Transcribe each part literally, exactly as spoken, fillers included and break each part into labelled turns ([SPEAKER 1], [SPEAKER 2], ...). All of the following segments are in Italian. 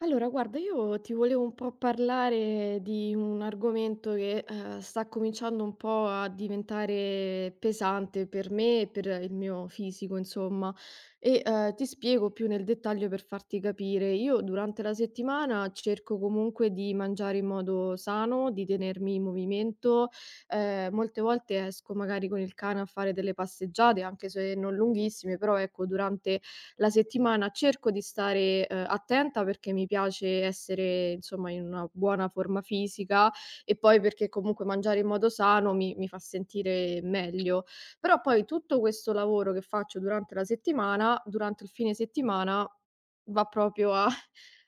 [SPEAKER 1] Allora guarda, io ti volevo un po' parlare di un argomento che, ehm, sta cominciando un po' a diventare pesante per me e per il mio fisico insomma, e, ehm, ti spiego più nel dettaglio per farti capire. Io durante la settimana cerco comunque di mangiare in modo sano, di tenermi in movimento, ehm, molte volte esco magari con il cane a fare delle passeggiate, anche se non lunghissime, però ecco durante la settimana cerco di stare, ehm, attenta perché mi piace essere insomma in una buona forma fisica e poi perché comunque mangiare in modo sano mi mi fa sentire meglio. Però poi tutto questo lavoro che faccio durante la settimana, durante il fine settimana va proprio a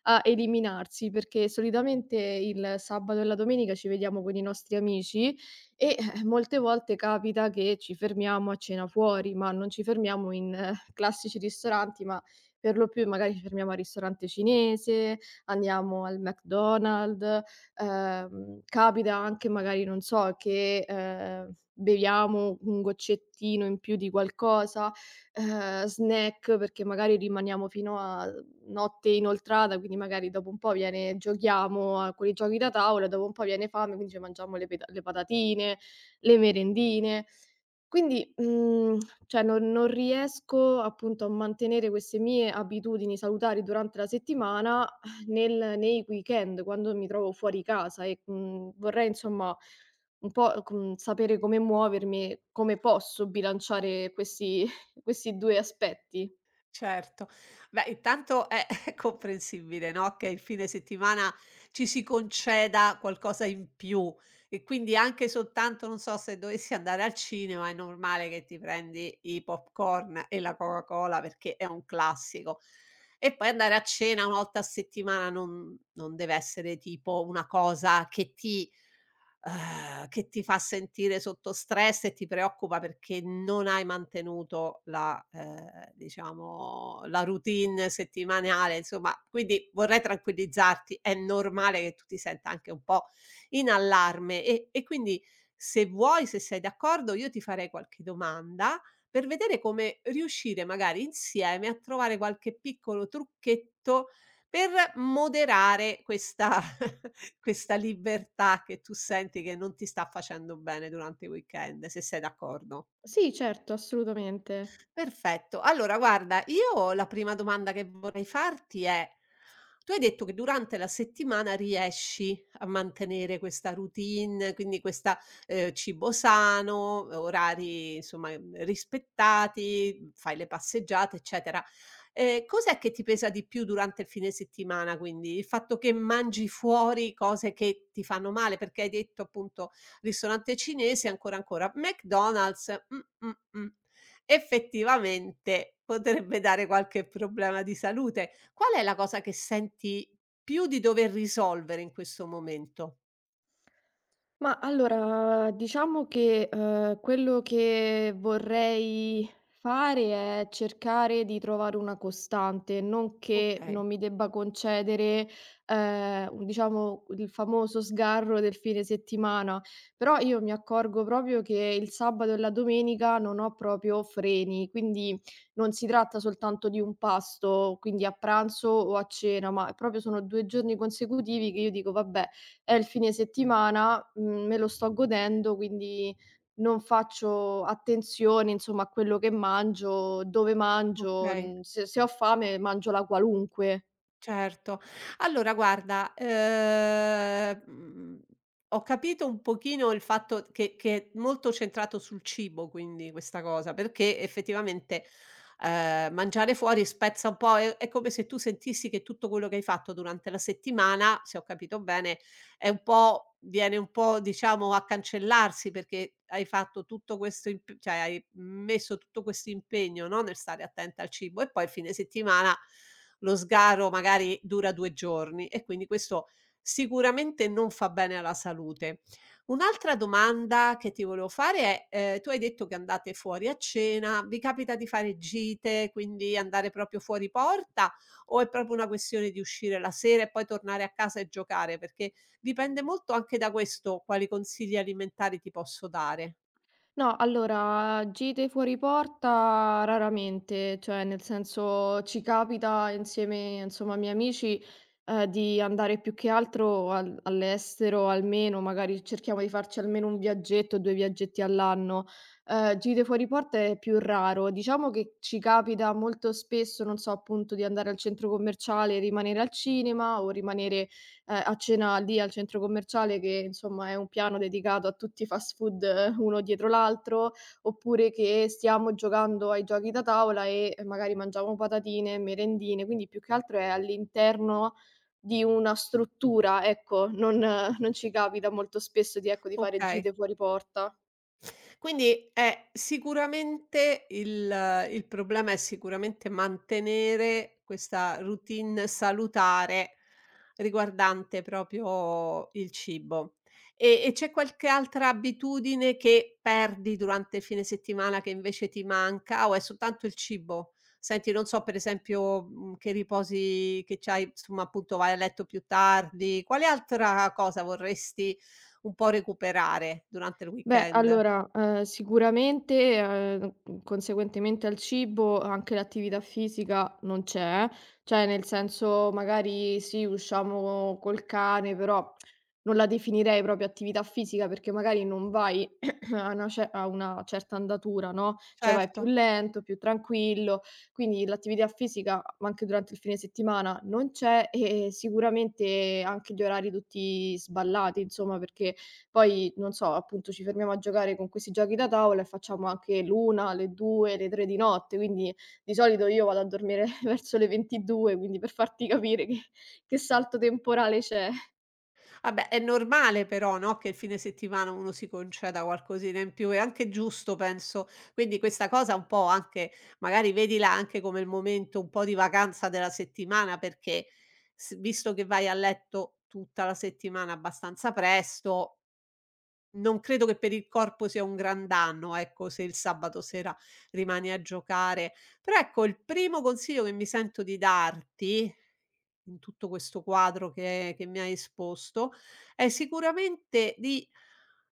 [SPEAKER 1] a eliminarsi, perché solitamente il sabato e la domenica ci vediamo con i nostri amici e, eh, molte volte capita che ci fermiamo a cena fuori, ma non ci fermiamo in eh, classici ristoranti, ma per lo più magari ci fermiamo al ristorante cinese, andiamo al McDonald's, ehm, capita anche magari, non so, che, ehm, beviamo un goccettino in più di qualcosa, ehm, snack perché magari rimaniamo fino a notte inoltrata, quindi magari dopo un po' viene giochiamo a quei giochi da tavola, dopo un po' viene fame, quindi ci mangiamo le peta le patatine, le merendine. Quindi, mhmm, cioè non non riesco appunto a mantenere queste mie abitudini salutari durante la settimana eh, nel nei weekend, quando mi trovo fuori casa e, mhmm, vorrei insomma un po', com sapere come muovermi e come posso bilanciare questi questi due aspetti.
[SPEAKER 2] Certo. Beh, intanto è è comprensibile, no, che il fine settimana ci si conceda qualcosa in più e quindi anche soltanto, non so, se dovessi andare al cinema è normale che ti prendi i popcorn e la Coca-Cola perché è un classico. E poi andare a cena una volta a settimana non non deve essere tipo una cosa che ti uhm, che ti fa sentire sotto stress e ti preoccupa perché non hai mantenuto la ehm, diciamo la routine settimanale, insomma, quindi vorrei tranquillizzarti, è normale che tu ti senta anche un po' in allarme e e quindi se vuoi, se sei d'accordo, io ti farei qualche domanda per vedere come riuscire magari insieme a trovare qualche piccolo trucchetto per moderare questa questa libertà che tu senti che non ti sta facendo bene durante i weekend, se sei d'accordo.
[SPEAKER 1] Sì, certo, assolutamente.
[SPEAKER 2] Perfetto. Allora guarda, io la prima domanda che vorrei farti è: tu hai detto che durante la settimana riesci a mantenere questa routine, quindi questa, ehm, cibo sano, orari insomma, mhmm, rispettati, fai le passeggiate, eccetera. Ehm, cos'è che ti pesa di più durante il fine settimana quindi? Il fatto che mangi fuori cose che ti fanno male? Perché hai detto appunto, ristorante cinese ancora, ancora. McDonald's, mh, mh, mh, effettivamente potrebbe dare qualche problema di salute. Qual è la cosa che senti più di dover risolvere in questo momento?
[SPEAKER 1] Ma allora, diciamo che, uhm, quello che vorrei fare è cercare di trovare una costante, non che
[SPEAKER 2] Okay,
[SPEAKER 1] non mi debba concedere, ehm, un diciamo il famoso sgarro del fine settimana, però io mi accorgo proprio che il sabato e la domenica non ho proprio freni, quindi non si tratta soltanto di un pasto, quindi a pranzo o a cena, ma proprio sono due giorni consecutivi che io dico: "Vabbè, è il fine settimana, mhmm, me lo sto godendo, quindi non faccio attenzione, insomma, a quello che mangio, dove mangio,
[SPEAKER 2] okay.
[SPEAKER 1] mhmm, se se ho fame mangio la qualunque."
[SPEAKER 2] Certo. Allora guarda, ehm, mhmm, ho capito un pochino il fatto che che è molto centrato sul cibo quindi questa cosa, perché effettivamente, ehm, mangiare fuori spezza un po' è è come se tu sentissi che tutto quello che hai fatto durante la settimana, se ho capito bene, è un po' viene un po' diciamo a cancellarsi perché hai fatto tutto questo imp cioè hai messo tutto questo impegno, no, nel stare attenta al cibo e poi il fine settimana lo sgarro magari dura due giorni e quindi questo sicuramente non fa bene alla salute. Un'altra domanda che ti volevo fare è, ehm, tu hai detto che andate fuori a cena, vi capita di fare gite, quindi andare proprio fuori porta o è proprio una questione di uscire la sera e poi tornare a casa e giocare? Perché dipende molto anche da questo quali consigli alimentari ti posso dare.
[SPEAKER 1] No, allora gite fuori porta raramente, cioè nel senso ci capita insieme insomma a miei amici, ehm, di andare più che altro al all'estero almeno, magari cerchiamo di farci almeno un viaggetto, due viaggetti all'anno. Ehm, gite fuori porta è più raro. Diciamo che ci capita molto spesso, non so, appunto di andare al centro commerciale e rimanere al cinema o rimanere ehm, a cena lì al centro commerciale che insomma è un piano dedicato a tutti i fast food eh, uno dietro l'altro, oppure che stiamo giocando ai giochi da tavola e eh, magari mangiamo patatine, merendine, quindi più che altro è all'interno di una struttura, ecco, non eh, non ci capita molto spesso di ecco, di fare gite
[SPEAKER 2] Okay.
[SPEAKER 1] fuori porta.
[SPEAKER 2] Quindi è sicuramente il il problema è sicuramente mantenere questa routine salutare riguardante proprio il cibo. E e c'è qualche altra abitudine che perdi durante il fine settimana che invece ti manca o è soltanto il cibo? Senti, non so per esempio, mhmm, che riposi che c'hai insomma appunto vai a letto più tardi, quale altra cosa vorresti un po' recuperare durante il
[SPEAKER 1] Beh,
[SPEAKER 2] weekend?
[SPEAKER 1] allora, ehm, sicuramente, ehm, mhmm, conseguentemente al cibo anche l'attività fisica non c'è, cioè nel senso magari sì, usciamo col cane, però non la definirei proprio attività fisica perché magari non vai a una ce a una certa andatura, no, cioè vai
[SPEAKER 2] Certo.
[SPEAKER 1] più lento, più tranquillo, quindi l'attività fisica ma anche durante il fine settimana non c'è e sicuramente anche gli orari tutti sballati insomma perché poi, non so, appunto ci fermiamo a giocare con questi giochi da tavola e facciamo anche l'una, le due, le tre di notte, quindi di solito io vado a dormire verso le ventidue, quindi per farti capire che che salto temporale c'è.
[SPEAKER 2] Vabbè, è normale però, no, che il fine settimana uno si conceda qualcosina in più, è anche giusto penso. Quindi questa cosa un po' anche magari vedila anche come il momento un po' di vacanza della settimana, perché s visto che vai a letto tutta la settimana abbastanza presto, non credo che per il corpo sia un gran danno, ecco, se il sabato sera rimani a giocare. Però ecco, il primo consiglio che mi sento di darti, in tutto questo quadro che che mi hai esposto, è sicuramente di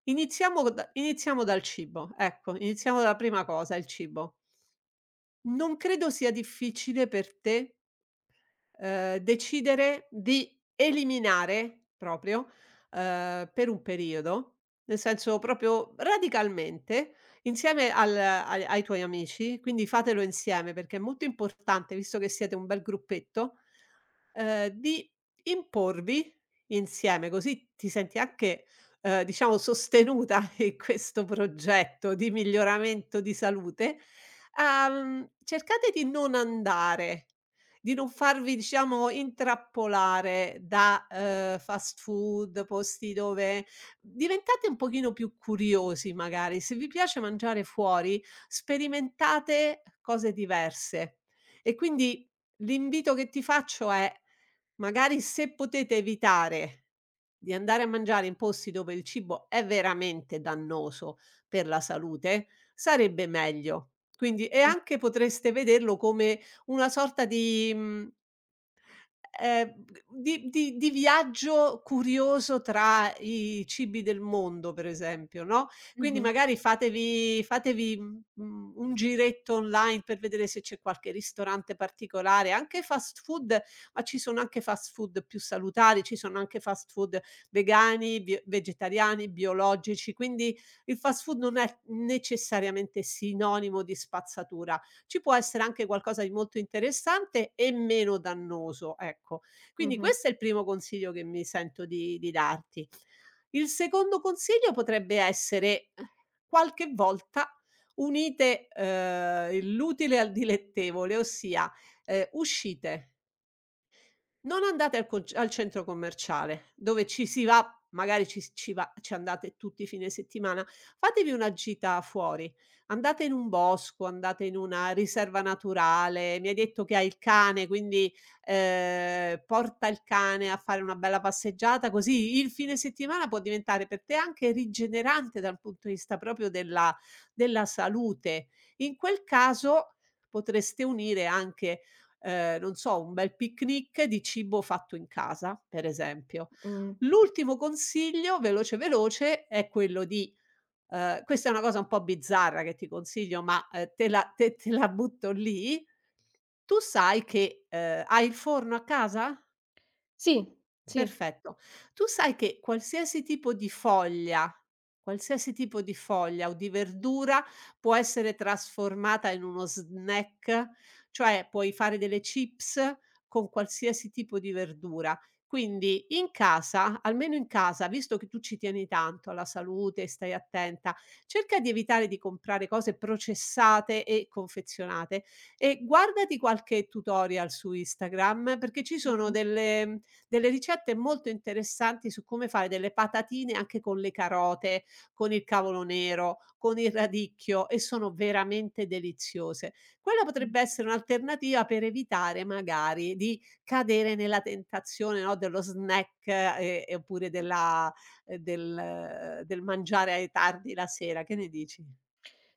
[SPEAKER 2] iniziamo da iniziamo dal cibo, ecco, iniziamo dalla prima cosa, il cibo. Non credo sia difficile per te. Ehm, decidere di eliminare proprio, ehm, per un periodo, nel senso proprio radicalmente, insieme al ai ai tuoi amici, quindi fatelo insieme perché è molto importante, visto che siete un bel gruppetto, ehm, di imporvi insieme, così ti senti anche, ehm, diciamo sostenuta in questo progetto di miglioramento di salute. Uhm, cercate di non andare di non farvi, diciamo, intrappolare da, ehm, fast food, posti dove diventate un pochino più curiosi magari. Se vi piace mangiare fuori, sperimentate cose diverse. E quindi l'invito che ti faccio è: magari se potete evitare di andare a mangiare in posti dove il cibo è veramente dannoso per la salute, sarebbe meglio. Quindi e
[SPEAKER 1] Mh.
[SPEAKER 2] anche potreste vederlo come una sorta di mhmm, ehm, di di di viaggio curioso tra i cibi del mondo, per esempio, no, quindi
[SPEAKER 1] Mh-mh.
[SPEAKER 2] magari fatevi fatevi, mhmm, un giretto online per vedere se c'è qualche ristorante particolare, anche fast food, ma ci sono anche fast food più salutari, ci sono anche fast food vegani, bio vegetariani, biologici, quindi il fast food non è necessariamente sinonimo di spazzatura, ci può essere anche qualcosa di molto interessante e meno dannoso, ecco. Quindi
[SPEAKER 1] Mh-mh.
[SPEAKER 2] questo è il primo consiglio che mi sento di di darti. Il secondo consiglio potrebbe essere qualche volta unite, ehm, l'utile al dilettevole, ossia, ehm, uscite. Non andate al conc al centro commerciale, dove ci si va magari ci s ci va ci andate tutti i fine settimana, fatevi una gita fuori, andate in un bosco, andate in una riserva naturale. Mi hai detto che hai il cane, quindi, ehm, porta il cane a fare una bella passeggiata, così il fine settimana può diventare per te anche rigenerante dal punto di vista proprio della della salute. In quel caso potreste unire anche ehm, non so, un bel picnic di cibo fatto in casa, per esempio.
[SPEAKER 1] Mh.
[SPEAKER 2] L'ultimo consiglio, veloce, veloce, è quello di ehm, questa è una cosa un po' bizzarra che ti consiglio, ma, ehm, te la te te la butto lì: tu sai che, ehm, hai il forno a casa?
[SPEAKER 1] Sì, sì.
[SPEAKER 2] Perfetto. Tu sai che qualsiasi tipo di foglia qualsiasi tipo di foglia o di verdura può essere trasformata in uno snack, cioè puoi fare delle chips con qualsiasi tipo di verdura. Quindi in casa, almeno in casa, visto che tu ci tieni tanto alla salute e stai attenta, cerca di evitare di comprare cose processate e confezionate e guardati qualche tutorial su Instagram perché ci sono
[SPEAKER 1] Mh-mh.
[SPEAKER 2] delle delle ricette molto interessanti su come fare delle patatine anche con le carote, con il cavolo nero, con il radicchio e sono veramente deliziose. Quella
[SPEAKER 1] Mh.
[SPEAKER 2] potrebbe essere un'alternativa per evitare magari di cadere nella tentazione, no, dello snack, ehm, e oppure della ehm, del eh, del mangiare ai tardi la sera. Che ne dici?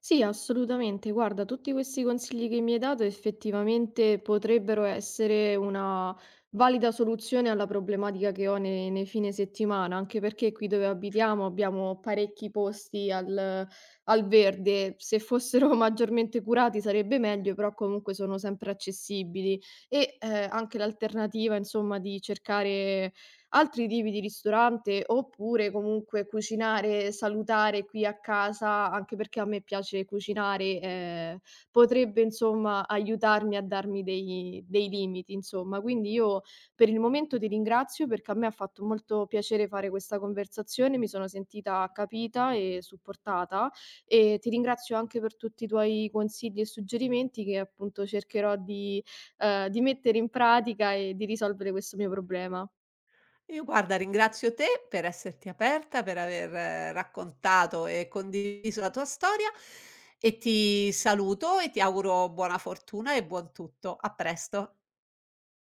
[SPEAKER 1] Sì, assolutamente. Guarda, tutti questi consigli che mi hai dato effettivamente potrebbero essere una valida soluzione alla problematica che ho nei, nei fine settimana, anche perché qui dove abitiamo abbiamo parecchi posti al, al verde. Se fossero maggiormente curati sarebbe meglio, però comunque sono sempre accessibili. E eh, anche l'alternativa, insomma, di cercare altri tipi di ristorante, oppure comunque cucinare salutare qui a casa, anche perché a me piace cucinare, ehm, potrebbe insomma aiutarmi a darmi dei dei limiti insomma. Quindi io per il momento ti ringrazio perché a me ha fatto molto piacere fare questa conversazione, mi sono sentita capita e supportata e ti ringrazio anche per tutti i tuoi consigli e suggerimenti che appunto cercherò di, ehm, di mettere in pratica e di risolvere questo mio problema.
[SPEAKER 2] Io guarda, ringrazio te per esserti aperta, per aver eh, raccontato e condiviso la tua storia e ti saluto e ti auguro buona fortuna e buon tutto. A presto.